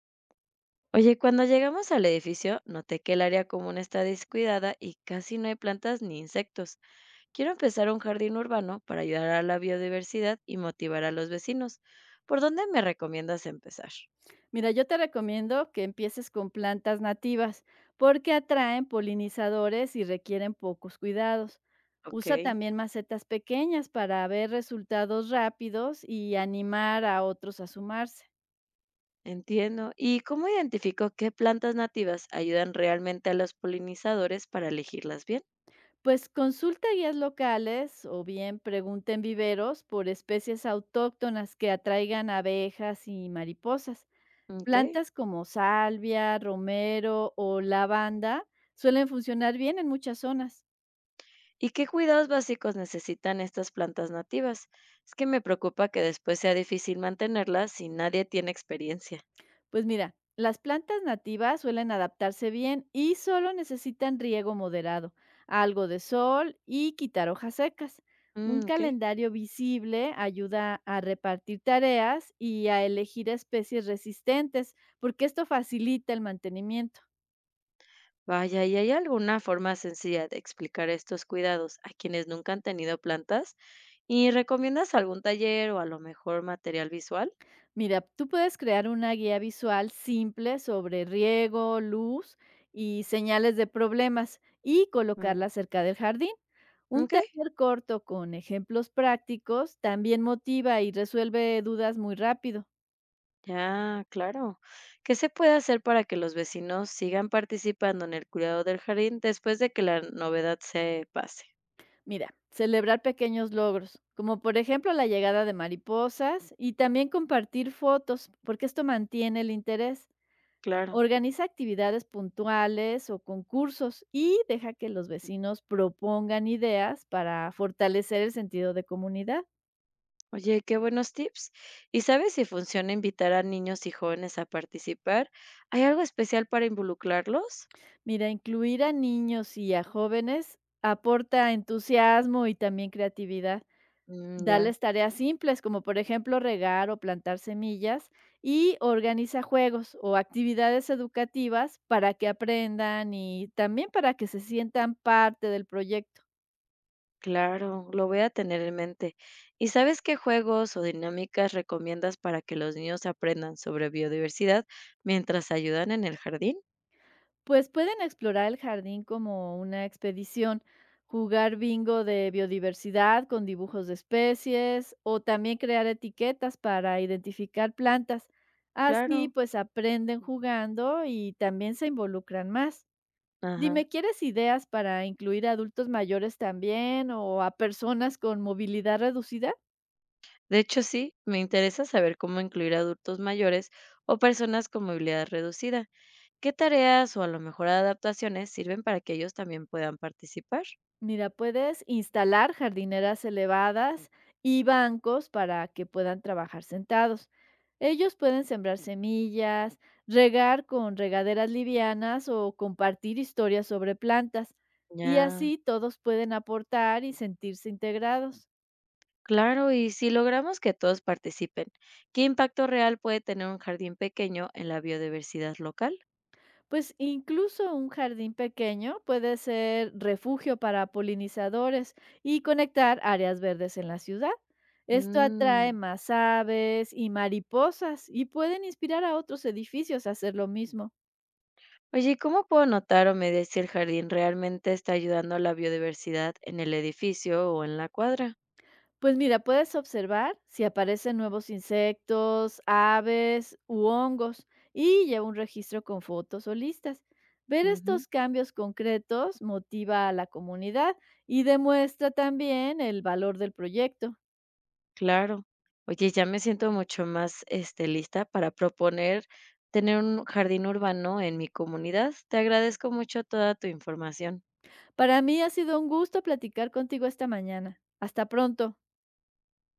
Oye, cuando llegamos al edificio, noté que el área común está descuidada y casi no hay plantas ni insectos. Quiero empezar un jardín urbano para ayudar a la biodiversidad y motivar a los vecinos. ¿Por dónde me recomiendas empezar? Mira, yo te recomiendo que empieces con plantas nativas porque atraen polinizadores y requieren pocos cuidados. Usa Ok. también macetas pequeñas para ver resultados rápidos y animar a otros a sumarse. Entiendo. ¿Y cómo identifico qué plantas nativas ayudan realmente a los polinizadores para elegirlas bien? Pues consulta guías locales o bien pregunta en viveros por especies autóctonas que atraigan abejas y mariposas. Ok. Plantas como salvia, romero o lavanda suelen funcionar bien en muchas zonas. ¿Y qué cuidados básicos necesitan estas plantas nativas? Es que me preocupa que después sea difícil mantenerlas si nadie tiene experiencia. Pues mira, las plantas nativas suelen adaptarse bien y solo necesitan riego moderado, algo de sol y quitar hojas secas. Mm, Un ok. calendario visible ayuda a repartir tareas y a elegir especies resistentes, porque esto facilita el mantenimiento. Vaya, ¿y hay alguna forma sencilla de explicar estos cuidados a quienes nunca han tenido plantas? ¿Y recomiendas algún taller o a lo mejor material visual? Mira, tú puedes crear una guía visual simple sobre riego, luz y señales de problemas y colocarla Mm, cerca del jardín. Un ok, taller corto con ejemplos prácticos también motiva y resuelve dudas muy rápido. ya, claro. ¿Qué se puede hacer para que los vecinos sigan participando en el cuidado del jardín después de que la novedad se pase? Mira, celebrar pequeños logros, como por ejemplo la llegada de mariposas y también compartir fotos, porque esto mantiene el interés. Claro. Organiza actividades puntuales o concursos y deja que los vecinos propongan ideas para fortalecer el sentido de comunidad. Oye, qué buenos tips. ¿Y sabes si funciona invitar a niños y jóvenes a participar? ¿Hay algo especial para involucrarlos? Mira, incluir a niños y a jóvenes aporta entusiasmo y también creatividad. Mm, ya. Dales tareas simples como por ejemplo regar o plantar semillas y organiza juegos o actividades educativas para que aprendan y también para que se sientan parte del proyecto. Claro, lo voy a tener en mente. ¿Y sabes qué juegos o dinámicas recomiendas para que los niños aprendan sobre biodiversidad mientras ayudan en el jardín? Pues pueden explorar el jardín como una expedición, jugar bingo de biodiversidad con dibujos de especies o también crear etiquetas para identificar plantas. Así Claro, pues aprenden jugando y también se involucran más. ajá. Dime, ¿quieres ideas para incluir a adultos mayores también o a personas con movilidad reducida? De hecho, sí, me interesa saber cómo incluir adultos mayores o personas con movilidad reducida. ¿Qué tareas o a lo mejor adaptaciones sirven para que ellos también puedan participar? Mira, puedes instalar jardineras elevadas y bancos para que puedan trabajar sentados. Ellos pueden sembrar semillas, regar con regaderas livianas o compartir historias sobre plantas. Y Ya, así todos pueden aportar y sentirse integrados. claro, y si logramos que todos participen, ¿qué impacto real puede tener un jardín pequeño en la biodiversidad local? Pues incluso un jardín pequeño puede ser refugio para polinizadores y conectar áreas verdes en la ciudad. Esto atrae Mm. más aves y mariposas y pueden inspirar a otros edificios a hacer lo mismo. Oye, ¿y cómo puedo notar o medir si el jardín realmente está ayudando a la biodiversidad en el edificio o en la cuadra? Pues mira, puedes observar si aparecen nuevos insectos, aves u hongos y lleva un registro con fotos o listas. Ver Ujú, estos cambios concretos motiva a la comunidad y demuestra también el valor del proyecto. claro. Oye, ya me siento mucho más, lista para proponer tener un jardín urbano en mi comunidad. Te agradezco mucho toda tu información. Para mí ha sido un gusto platicar contigo esta mañana. Hasta pronto.